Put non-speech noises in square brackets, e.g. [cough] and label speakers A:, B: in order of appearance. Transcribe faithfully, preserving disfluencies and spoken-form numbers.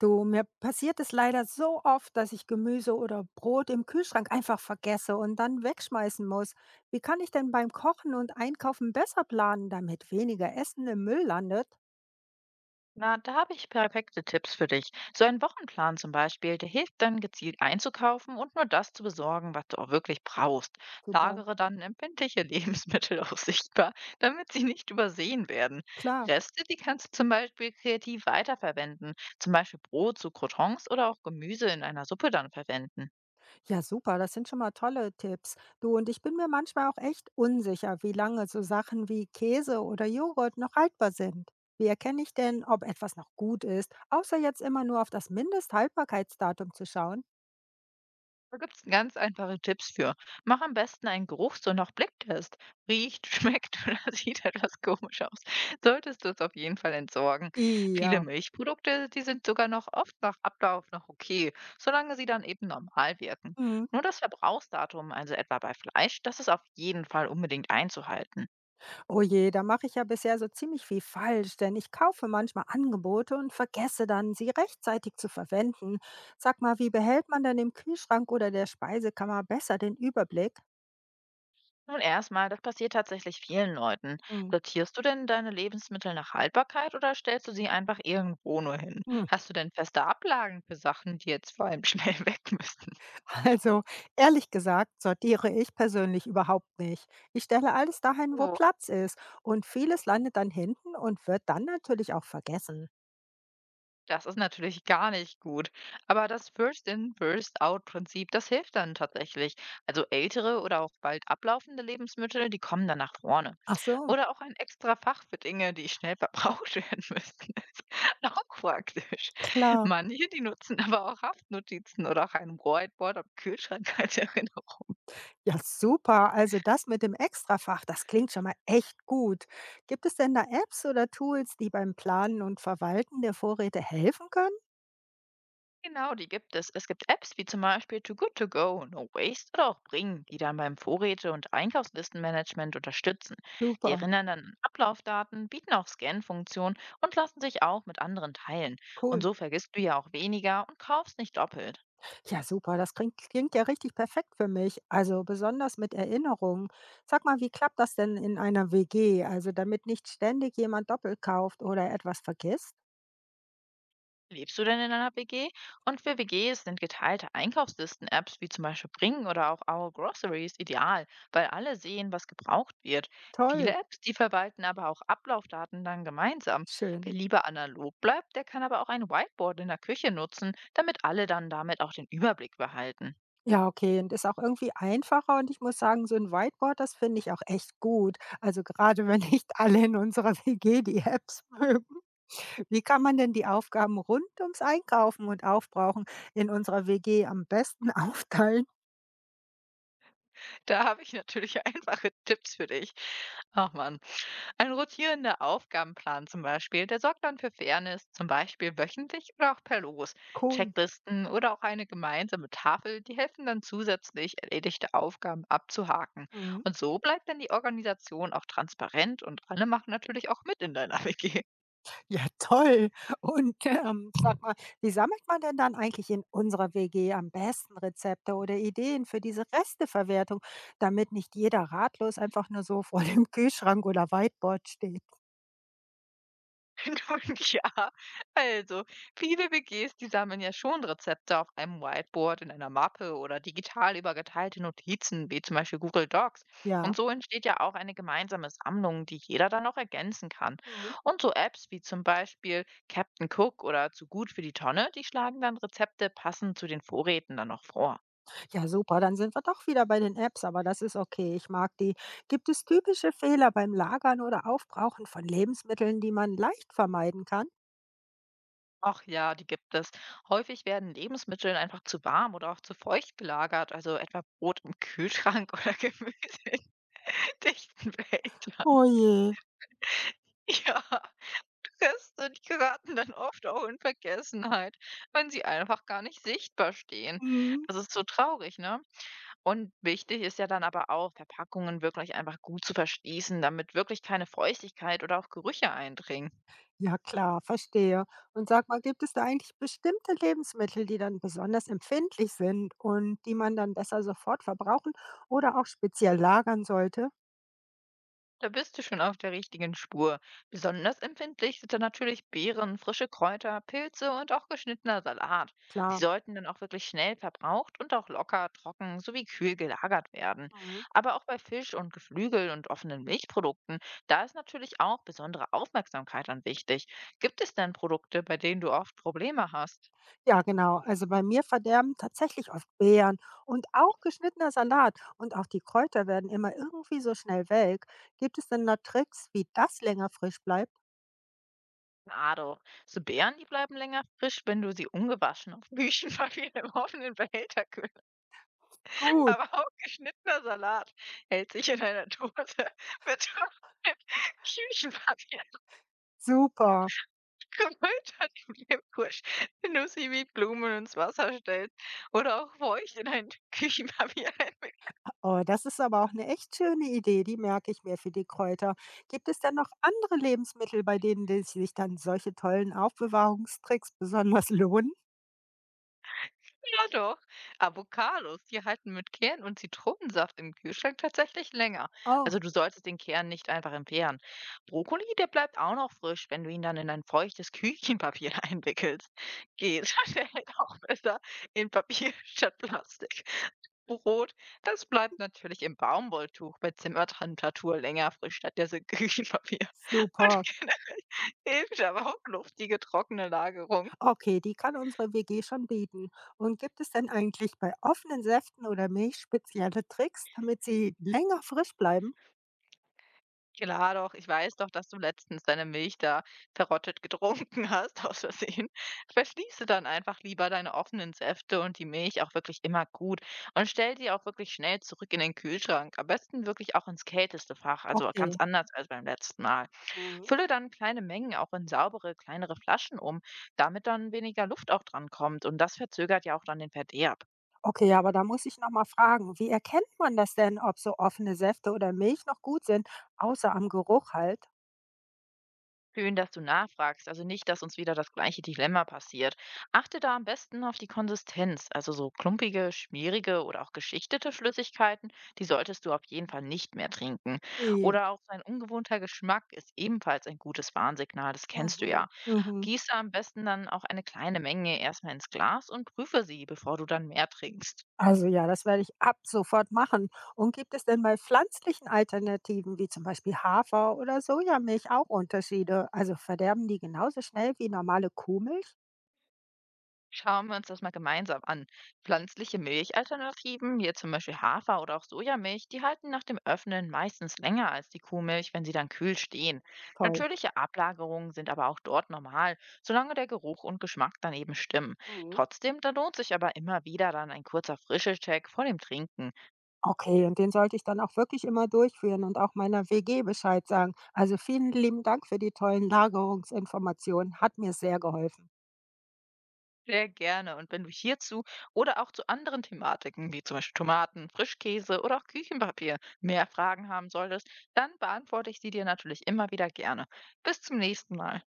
A: Du, mir passiert es leider so oft, dass ich Gemüse oder Brot im Kühlschrank einfach vergesse und dann wegschmeißen muss. Wie kann ich denn beim Kochen und Einkaufen besser planen, damit weniger Essen im Müll landet?
B: Na, da habe ich perfekte Tipps für dich. So ein Wochenplan zum Beispiel, der hilft dann gezielt einzukaufen und nur das zu besorgen, was du auch wirklich brauchst.
A: Super.
B: Lagere dann empfindliche [laughs] Lebensmittel auch sichtbar, damit sie nicht übersehen werden.
A: Klar.
B: Reste, die kannst du zum Beispiel kreativ weiterverwenden, zum Beispiel Brot zu Croutons oder auch Gemüse in einer Suppe dann verwenden.
A: Ja, super. Das sind schon mal tolle Tipps. Du, und ich bin mir manchmal auch echt unsicher, wie lange so Sachen wie Käse oder Joghurt noch haltbar sind. Wie erkenne ich denn, ob etwas noch gut ist, außer jetzt immer nur auf das Mindesthaltbarkeitsdatum zu schauen?
B: Da gibt's ganz einfache Tipps für. Mach am besten einen Geruchs- und auch Blicktest. Riecht, schmeckt [laughs] oder sieht etwas komisch aus. Solltest du es auf jeden Fall entsorgen. Viele
A: Ja.
B: Milchprodukte, die sind sogar noch oft nach Ablauf noch okay, solange sie dann eben normal wirken.
A: Mhm.
B: Nur das Verbrauchsdatum, also etwa bei Fleisch, das ist auf jeden Fall unbedingt einzuhalten.
A: Oh je, da mache ich ja bisher so ziemlich viel falsch, denn ich kaufe manchmal Angebote und vergesse dann, sie rechtzeitig zu verwenden. Sag mal, wie behält man denn im Kühlschrank oder der Speisekammer besser den Überblick?
B: Nun erstmal, das passiert tatsächlich vielen Leuten.
A: Hm.
B: Sortierst du denn deine Lebensmittel nach Haltbarkeit oder stellst du sie einfach irgendwo nur hin?
A: Hm.
B: Hast du denn feste Ablagen für Sachen, die jetzt vor allem schnell [laughs] weg müssen?
A: [laughs] Also, ehrlich gesagt, sortiere ich persönlich überhaupt nicht. Ich stelle alles dahin, wo Platz ist, und vieles landet dann hinten und wird dann natürlich auch vergessen.
B: Das ist natürlich gar nicht gut. Aber das First-in, First-out-Prinzip, das hilft dann tatsächlich. Also ältere oder auch bald ablaufende Lebensmittel, die kommen dann nach vorne.
A: Ach so,
B: Oder auch ein extra Fach für Dinge, die schnell verbraucht [laughs] werden müssen. Ist auch praktisch.
A: klar.
B: Manche, die nutzen aber auch Haftnotizen oder auch ein Whiteboard am Kühlschrank [laughs] als Erinnerung.
A: Ja, super. Also das mit dem Extrafach, das klingt schon mal echt gut. Gibt es denn da Apps oder Tools, die beim Planen und Verwalten der Vorräte helfen können?
B: Genau, die gibt es. Es gibt Apps wie zum Beispiel Too Good To Go, No Waste oder auch Bring, die dann beim Vorräte- und Einkaufslistenmanagement unterstützen. Die
A: Super,
B: erinnern dann an Ablaufdaten, bieten auch Scan-Funktionen und lassen sich auch mit anderen teilen. Und
A: cool.
B: so vergisst du ja auch weniger und kaufst nicht doppelt.
A: Ja, super. Das klingt, klingt ja richtig perfekt für mich. Also besonders mit Erinnerungen. Sag mal, wie klappt das denn in einer W G? Also damit nicht ständig jemand doppelt kauft oder etwas vergisst?
B: Lebst du denn in einer W G? Und für W Gs sind geteilte Einkaufslisten-Apps wie zum Beispiel Bring oder auch Our Groceries ideal, weil alle sehen, was gebraucht wird. Viele
A: Toll,
B: Apps, die verwalten aber auch Ablaufdaten dann gemeinsam.
A: schön.
B: Wer lieber analog bleibt, der kann aber auch ein Whiteboard in der Küche nutzen, damit alle dann damit auch den Überblick behalten.
A: Ja, okay, und ist auch irgendwie einfacher, und ich muss sagen, so ein Whiteboard, das finde ich auch echt gut. Also, gerade [laughs] wenn nicht alle in unserer [laughs] W G die Apps [laughs] mögen. Wie kann man denn die Aufgaben rund ums Einkaufen und Aufbrauchen in unserer W G am besten [laughs] aufteilen?
B: [laughs] Da habe ich natürlich [laughs] einfache Tipps für dich. Ach man. Ein rotierender Aufgabenplan zum Beispiel, der sorgt dann für Fairness, zum Beispiel wöchentlich oder auch per Los.
A: Cool.
B: Checklisten oder auch eine gemeinsame Tafel, die helfen dann zusätzlich, erledigte Aufgaben abzuhaken.
A: Mhm.
B: Und so bleibt dann die Organisation auch transparent und alle machen natürlich auch mit in deiner [laughs] W G.
A: Ja, toll. Und, ähm, sag mal, wie sammelt man denn dann eigentlich in unserer W G am besten Rezepte oder Ideen für diese Resteverwertung, damit nicht jeder ratlos einfach nur so [laughs] vor dem Kühlschrank oder Whiteboard steht?
B: [laughs] Nun ja, also viele W Gs, die sammeln ja schon Rezepte auf einem Whiteboard, in einer Mappe oder digital übergeteilte Notizen, wie zum Beispiel Google Docs.
A: Ja.
B: Und so entsteht ja auch eine gemeinsame Sammlung, die jeder dann noch ergänzen kann.
A: Mhm.
B: Und so Apps wie zum Beispiel Captain Cook oder Zu gut für die Tonne, die schlagen dann Rezepte passend zu den Vorräten dann noch vor.
A: Ja, super, dann sind wir doch wieder bei den Apps, aber das ist okay, ich mag die. Gibt es typische Fehler beim Lagern oder Aufbrauchen von Lebensmitteln, die man leicht vermeiden kann?
B: Ach ja, die gibt es. Häufig werden Lebensmittel einfach zu warm oder auch zu feucht gelagert, also etwa Brot im Kühlschrank [laughs] oder Gemüse. [laughs] Dichten Wäldern.
A: Oh je.
B: Ja, Reste, die geraten dann oft auch in Vergessenheit, wenn sie einfach gar nicht sichtbar stehen.
A: Mhm.
B: Das ist so traurig, ne? Und wichtig ist ja dann aber auch, Verpackungen wirklich einfach gut zu verschließen, damit wirklich keine Feuchtigkeit oder auch Gerüche eindringen.
A: Ja, klar, verstehe. Und sag mal, gibt es da eigentlich bestimmte Lebensmittel, die dann besonders empfindlich sind und die man dann besser sofort verbrauchen oder auch speziell lagern sollte?
B: Da bist du schon auf der richtigen Spur. Besonders empfindlich sind dann natürlich Beeren, frische Kräuter, Pilze und auch geschnittener Salat. Sie
A: Klar.
B: sollten dann auch wirklich schnell verbraucht und auch locker, trocken sowie kühl gelagert werden.
A: Mhm.
B: Aber auch bei Fisch und Geflügel und offenen Milchprodukten, da ist natürlich auch besondere Aufmerksamkeit an wichtig. Gibt es denn Produkte, bei denen du oft Probleme hast?
A: Ja, genau. Also bei mir verderben tatsächlich oft Beeren und auch geschnittener Salat. Und auch die Kräuter werden immer irgendwie so schnell welk. Gibt es denn noch Tricks, wie das länger frisch bleibt?
B: Na doch, so Beeren, die bleiben länger frisch, wenn du sie ungewaschen auf Büchenpapier [laughs] im offenen Behälter [laughs]
A: Gut,
B: Aber auch geschnittener Salat hält sich in einer Dose mit [laughs] Küchenpapier
A: super.
B: gefüllter Cremekusch, wenn du sie wie Blumen ins Wasser stellst oder auch feucht in ein [laughs] Küchenpapier
A: Oh, das ist aber auch eine echt schöne Idee. Die merke ich mir für die Kräuter. Gibt es denn noch andere Lebensmittel, bei denen die sich dann solche tollen Aufbewahrungstricks besonders [laughs] lohnen?
B: Ja doch. Avocados, die halten mit Kern und Zitronensaft im Kühlschrank tatsächlich länger.
A: Oh,
B: Also du solltest den Kern nicht einfach entfernen. Brokkoli, der bleibt auch noch frisch, wenn du ihn dann in ein feuchtes Küchenpapier [laughs] einwickelst. Geht, [laughs] der hält auch besser in Papier [laughs] statt Plastik. Brot, das bleibt natürlich im Baumwolltuch bei Zimmertemperatur länger frisch statt der Küchenpapier. [laughs] Und
A: super.
B: [laughs] hilft aber auch luftige, trockene Lagerung.
A: Okay, die kann unsere W G schon bieten. Und gibt es denn eigentlich bei offenen Säften oder Milch spezielle Tricks, damit sie länger frisch bleiben?
B: Klar doch, ich weiß doch, dass du letztens deine Milch da verrottet getrunken hast [laughs] aus Versehen. Verschließe dann einfach lieber deine offenen Säfte und die Milch auch wirklich immer gut und stell die auch wirklich schnell zurück in den Kühlschrank. Am besten wirklich auch ins kälteste Fach, also
A: Okay.
B: ganz anders als beim letzten Mal.
A: Mhm.
B: Fülle dann kleine Mengen auch in saubere, kleinere Flaschen um, damit dann weniger Luft auch dran kommt und das verzögert ja auch dann den Verderb.
A: Okay, aber da muss ich nochmal fragen, wie erkennt man das denn, ob so offene Säfte oder Milch noch gut sind, außer am Geruch halt?
B: Schön, dass du nachfragst. Also nicht, dass uns wieder das gleiche Dilemma passiert. Achte da am besten auf die Konsistenz. Also so klumpige, schmierige oder auch geschichtete Flüssigkeiten, die solltest du auf jeden Fall nicht mehr trinken.
A: I.
B: Oder auch ein ungewohnter Geschmack ist ebenfalls ein gutes Warnsignal, das kennst du
A: Mhm.
B: ja.
A: Mhm.
B: Gieße am besten dann auch eine kleine Menge erstmal ins Glas und prüfe sie, bevor du dann mehr trinkst.
A: Also ja, das werde ich ab sofort machen. Und gibt es denn bei pflanzlichen Alternativen wie zum Beispiel Hafer oder Sojamilch auch Unterschiede? Also verderben die genauso schnell wie normale Kuhmilch?
B: Schauen wir uns das mal gemeinsam an. Pflanzliche Milchalternativen, wie jetzt zum Beispiel Hafer oder auch Sojamilch, die halten nach dem Öffnen meistens länger als die Kuhmilch, wenn sie dann kühl stehen.
A: Toll.
B: Natürliche Ablagerungen sind aber auch dort normal, solange der Geruch und Geschmack dann eben stimmen.
A: Mhm.
B: Trotzdem, da lohnt sich aber immer wieder dann ein kurzer Frischecheck vor dem Trinken.
A: Okay, und den sollte ich dann auch wirklich immer durchführen und auch meiner W G Bescheid sagen. Also vielen lieben Dank für die tollen Lagerungsinformationen. Hat mir sehr geholfen.
B: Sehr gerne. Und wenn du hierzu oder auch zu anderen Thematiken, wie zum Beispiel Tomaten, Frischkäse oder auch Küchenpapier, mehr Fragen haben solltest, dann beantworte ich sie dir natürlich immer wieder gerne. Bis zum nächsten Mal.